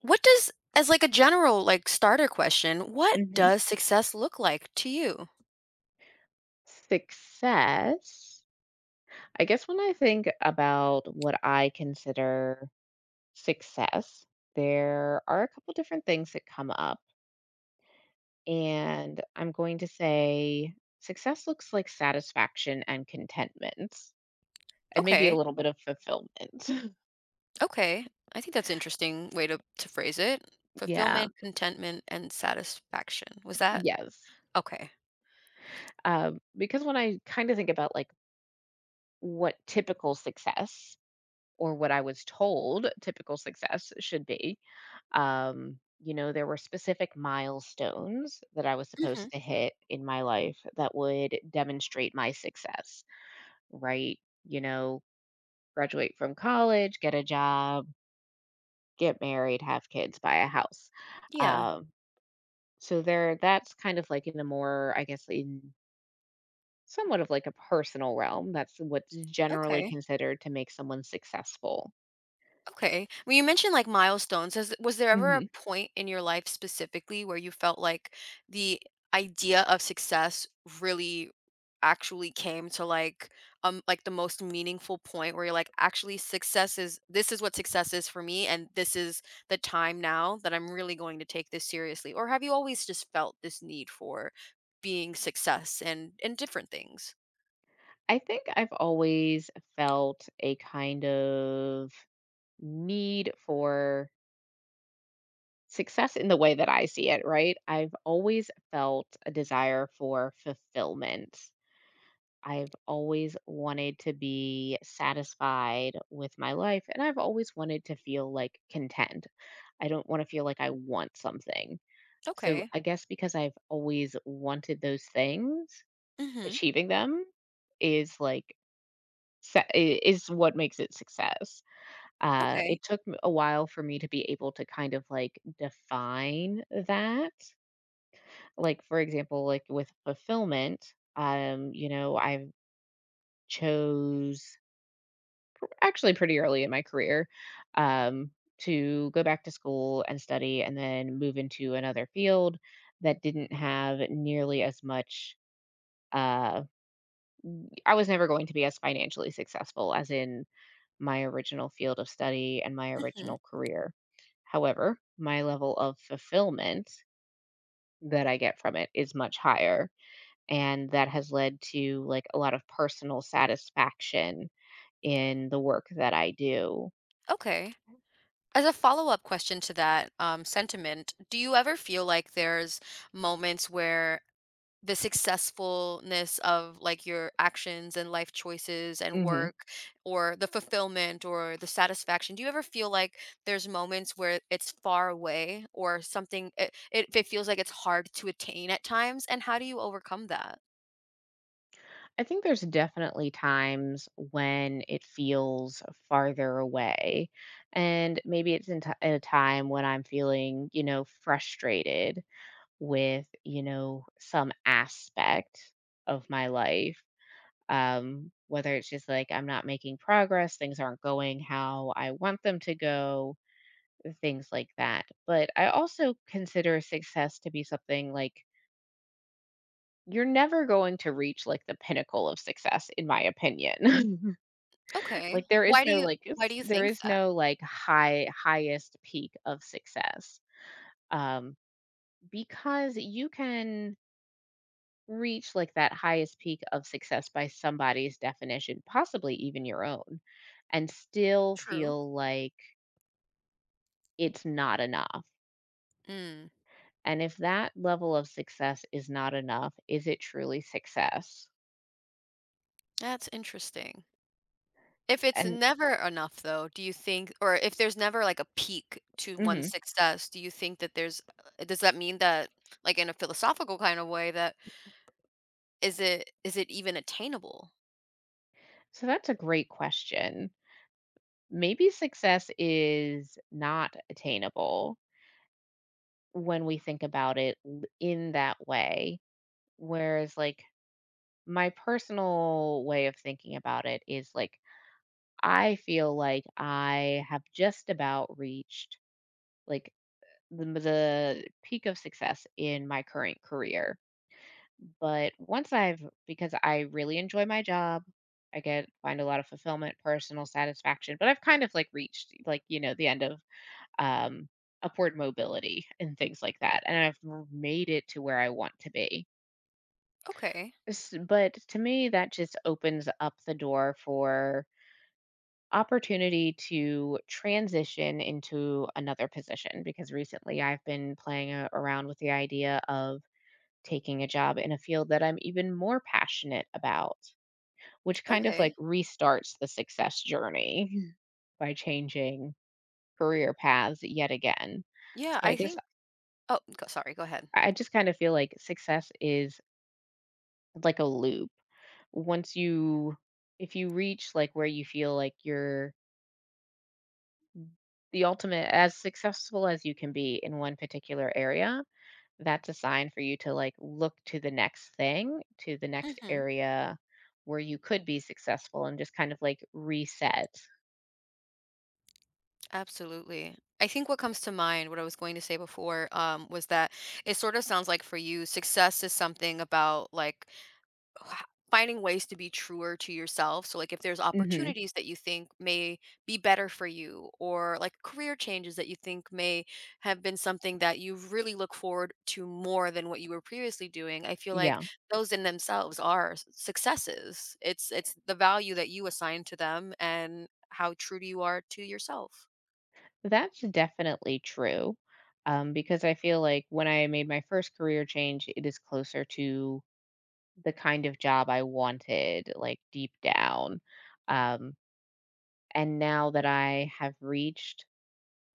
What does as like a general, like, starter question, what hmm does success look like to you? Success. I guess when I think about what I consider success, there are a couple different things that come up. And I'm going to say success looks like satisfaction and contentment, and maybe a Okay, little bit of fulfillment. okay. I think that's an interesting way to phrase it. Yeah. Fulfillment, contentment, and satisfaction. Was that? Yes. Okay. Because when I kind of think about like what typical success or what I was told typical success should be, there were specific milestones that I was Mhm. supposed to hit in my life that would demonstrate my success, right? You know, Graduate from college, get a job, get married, have kids, buy a house. Yeah. Um, so there, that's kind of like in a more, I guess, in somewhat of like a personal realm. That's what's generally Okay. considered to make someone successful. Okay. When you mentioned, like, milestones, is was there ever a hmm point in your life specifically where you felt like the idea of success really actually came to like the most meaningful point where you're like actually success is this is what success is for me, and this is the time now that I'm really going to take this seriously? Or have you always just felt this need for being success and different things? I think I've always felt a kind of need for success in the way that I see it, right? I've always felt a desire for fulfillment. I've always wanted to be satisfied with my life, and I've always wanted to feel like content. I don't want to feel like I want something. So, Okay. I guess because I've always wanted those things, Mhm. achieving them is like, is what makes it success. Okay. It took a while for me to be able to kind of like define that. Like for example, like with fulfillment, I chose actually pretty early in my career um, to go back to school and study, and then move into another field that didn't have nearly as much. Uh, I was never going to be as financially successful as in my original field of study and my Mhm. original career. However, my level of fulfillment that I get from it is much higher. And that has led to like a lot of personal satisfaction in the work that I do. Okay, as a follow-up question to that sentiment, do you ever feel like there's moments where the successfulness of like your actions and life choices and hmm work or the fulfillment or the satisfaction, do you ever feel like there's moments where it's far away or something? It feels like it's hard to attain at times, and how do you overcome that? I think there's definitely times when it feels farther away. And maybe it's at a time when I'm feeling, frustrated with, some aspect of my life. Whether it's just like I'm not making progress, things aren't going how I want them to go, things like that. But I also consider success to be something like you're never going to reach like the pinnacle of success in my opinion. Okay, Like there is no like why do you there think is that? no like highest peak of success. Um because you can reach like that highest peak of success by somebody's definition, possibly even your own, and still True. feel like it's not enough. Mm, And if that level of success is not enough, is it truly success? that's interesting. If it's And never enough though, do you think? Or if there's never like a peak to one Mhm. success, do you think that there's does that mean that like in a philosophical kind of way that is it even attainable? So that's a great question. Maybe success is not attainable when we think about it in that way. Whereas, like, my personal way of thinking about it is like I feel like I have just about reached like the peak of success in my current career. But because I really enjoy my job, I get find a lot of fulfillment, personal satisfaction, but I've kind of like reached like, the end of um upward mobility and things like that. And I've made it to where I want to be. Okay. But to me, that just opens up the door for opportunity to transition into another position because recently I've been playing around with the idea of taking a job in a field that I'm even more passionate about, which kind of like Okay. restarts the success journey by changing career paths yet again. Yeah, So I I guess think— oh, sorry, go ahead. I just kind of feel like success is like a loop. Once you If you reach like where you feel like you're the ultimate as successful as you can be in one particular area, that's a sign for you to like look to the next thing, to the next Hmm. area where you could be successful and just kind of like reset. Absolutely. I think what comes to mind, what I was going to say before, was that it sort of sounds like for you, success is something about like h- finding ways to be truer to yourself. So like if there's hmm opportunities that you think may be better for you or like career changes that you think may have been something that you really look forward to more than what you were previously doing, I feel like Yeah, those in themselves are successes. It's the value that you assign to them and how true you are to yourself. that's definitely true. Because I feel like when I made my first career change, it is closer to the kind of job I wanted, like deep down. Um, and now that I have reached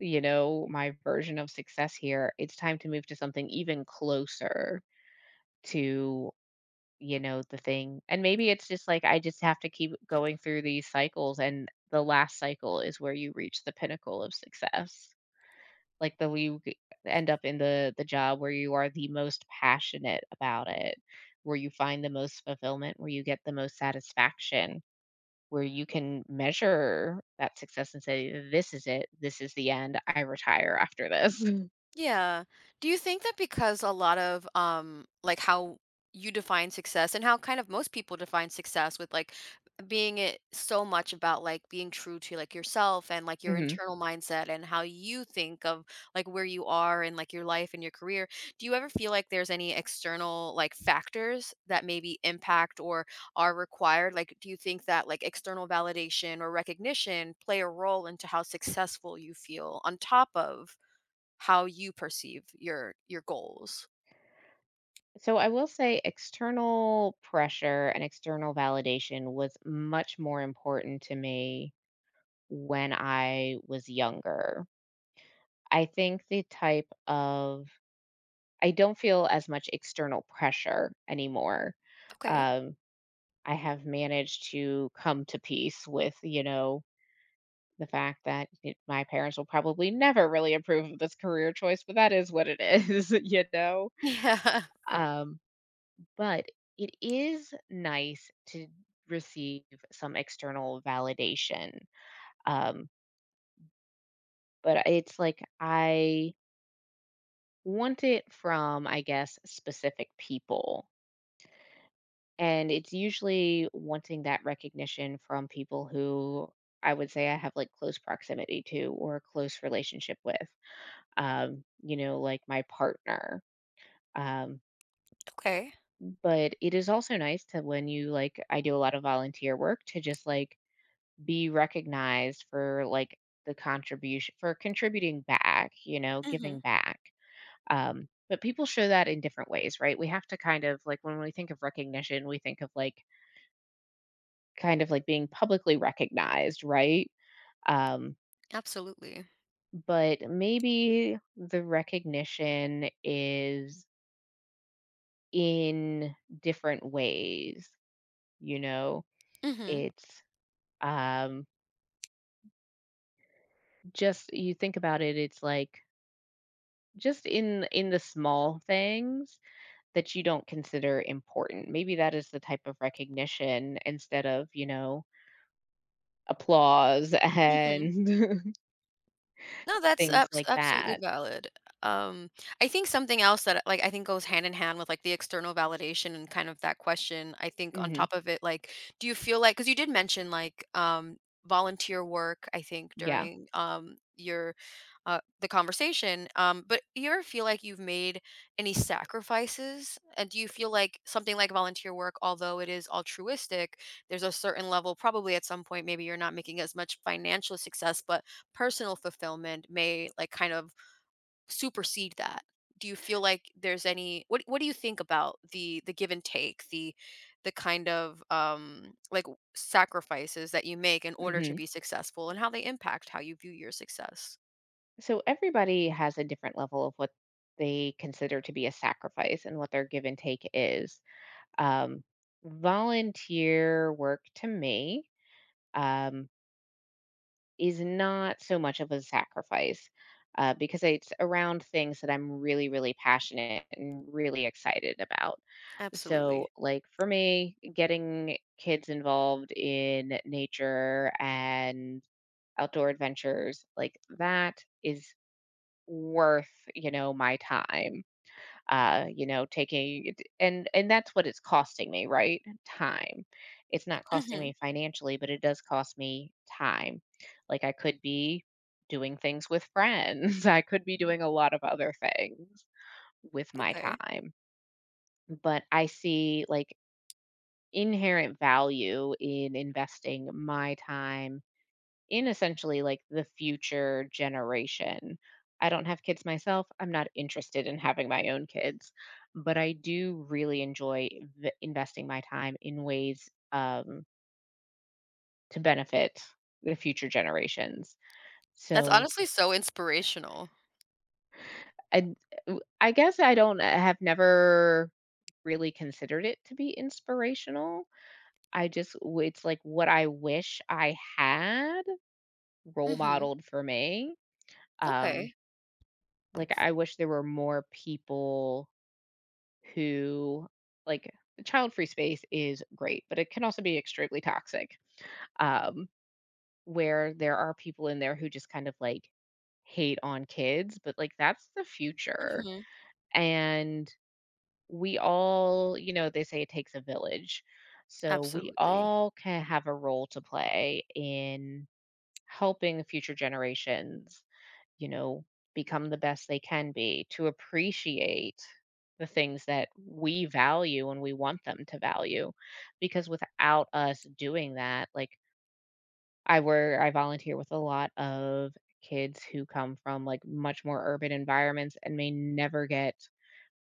my version of success here, it's time to move to something even closer to, the thing. And maybe it's just like I just have to keep going through these cycles and the last cycle is where you reach the pinnacle of success. Like end up in the job where you are the most passionate about it, where you find the most fulfillment, where you get the most satisfaction, where you can measure that success and say this is it, this is the end, I retire after this. Yeah. Do you think that, because a lot of like how you define success and how kind of most people define success with like being it so much about like being true to like yourself and like your hmm internal mindset and how you think of like where you are and like your life and your career. Do you ever feel like there's any external like factors that maybe impact or are required? Like do you think that like external validation or recognition play a role into how successful you feel on top of how you perceive your goals? So I will say external pressure and external validation was much more important to me when I was younger. I think the type of I don't feel as much external pressure anymore. Okay. Um, I have managed to come to peace with, the fact that my parents will probably never really approve of this career choice, but that is what it is. Yeah. Um, But it is nice to receive some external validation. Um, but it's like I want it from, I guess, specific people. And it's usually wanting that recognition from people who I would say I have like close proximity to or a close relationship with, like my partner. Um, Okay. but it is also nice to when you like, I do a lot of volunteer work to just like be recognized for like the contribution for contributing back, Mhm. giving back. But people show that in different ways, right? We have to kind of like when we think of recognition, we think of like kind of like being publicly recognized, right? Um, Absolutely. but maybe the recognition is in different ways, you know? Mhm. It's um just you think about it, it's like just in the small things that you don't consider important. Maybe that is the type of recognition instead of, applause and No, that's things like absolutely that. valid. Um, I think something else that, like, I think goes hand in hand with, like, the external validation and kind of that question, I think on Hmm. top of it, like, do you feel like— because you did mention, like, volunteer work, I think, Yeah. during, your, the conversation, but do you ever feel like you've made any sacrifices? And do you feel like something like volunteer work, although it is altruistic, there's a certain level probably at some point, maybe you're not making as much financial success, but personal fulfillment may like kind of supersede that. Do you feel like there's any— what do you think about the give and take, the kind of sacrifices that you make in order to hmm be successful and how they impact how you view your success? So everybody has a different level of what they consider to be a sacrifice and what their give and take is. Um, Volunteer work to me um, is not so much of a sacrifice because it's around things that I'm really, really passionate and really excited about. So, Absolutely. like for me, getting kids involved in nature and outdoor adventures like that is worth, my time. Taking and that's what it's costing me, right? Time. It's not costing Mhm. me financially, but it does cost me time. Like I could be doing things with friends. I could be doing a lot of other things with my Okay. time but I see like inherent value in investing my time in essentially like the future generation. I don't have kids myself. I'm not interested in having my own kids, but I do really enjoy investing my time in ways to benefit the future generations. That's So honestly so inspirational. I, I guess I have never really considered it to be inspirational. I just, it's like what I wish I had role Mhm. modeled for me. Um, Okay. like I wish there were more people who like the child free space is great, but it can also be extremely toxic. Um, where there are people in there who just kind of like hate on kids, but like that's the future. Mhm. And we all, they say it takes a village. So we Absolutely. all can have a role to play in helping future generations you know, become the best they can be, to appreciate the things that we value and we want them to value. Because without us doing that, like I work, I volunteer with a lot of kids who come from like much more urban environments and may never get,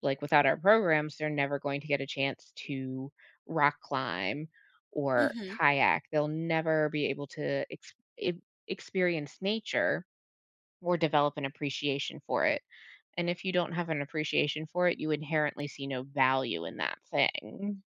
like, without our programs, they're never going to get a chance to rock climb or Mhm. kayak. They'll never be able to experience nature or develop an appreciation for it. And if you don't have an appreciation for it, you inherently see no value in that thing.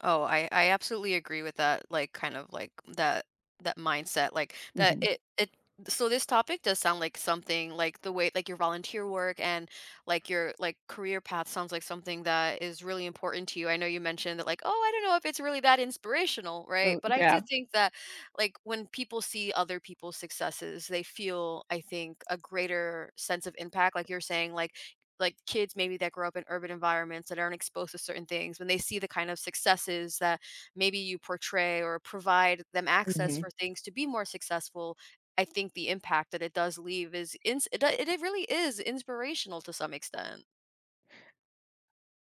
Oh, I absolutely agree with that, like, kind of like that mindset, like, that Mhm. It— so this topic does sound like something like the way like your volunteer work and like your like career path sounds like something that is really important to you. I know you mentioned that like, oh, I don't know if it's really that inspirational, right? Oh, But I do yeah. think that like when people see other people's successes, they feel, I think, a greater sense of impact. Like you're saying, like kids maybe that grow up in urban environments that aren't exposed to certain things, when they see the kind of successes that maybe you portray or provide them access Mhm. for things to be more successful, I think the impact that it does leave is it, it really is inspirational to some extent.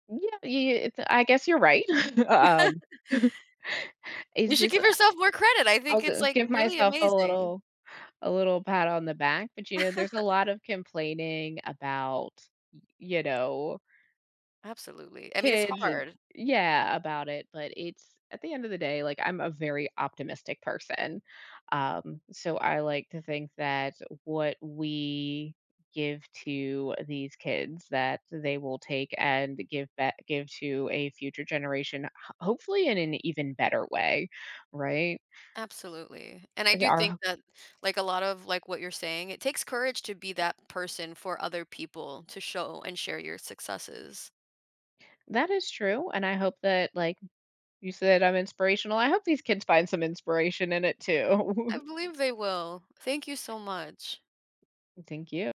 Yeah, yeah, it's I guess you're right. Um, You it's should just give yourself more credit. I think I'll it's g like give really myself a amazing. little a little pat on the back, but, there's a lot of complaining about, you know Absolutely, I mean it's Kids and hard. yeah, about it, but it's at the end of the day, like, I'm a very optimistic person, so I like to think that what we give to these kids that they will take and give to a future generation, ho hopefully in an even better way, right? Absolutely, and I Is do think our that like a lot of like what you're saying, it takes courage to be that person for other people to show and share your successes. That is true, and I hope that, like you said, I'm inspirational, I hope these kids find some inspiration in it I too. believe they will. Thank you so much. Thank you.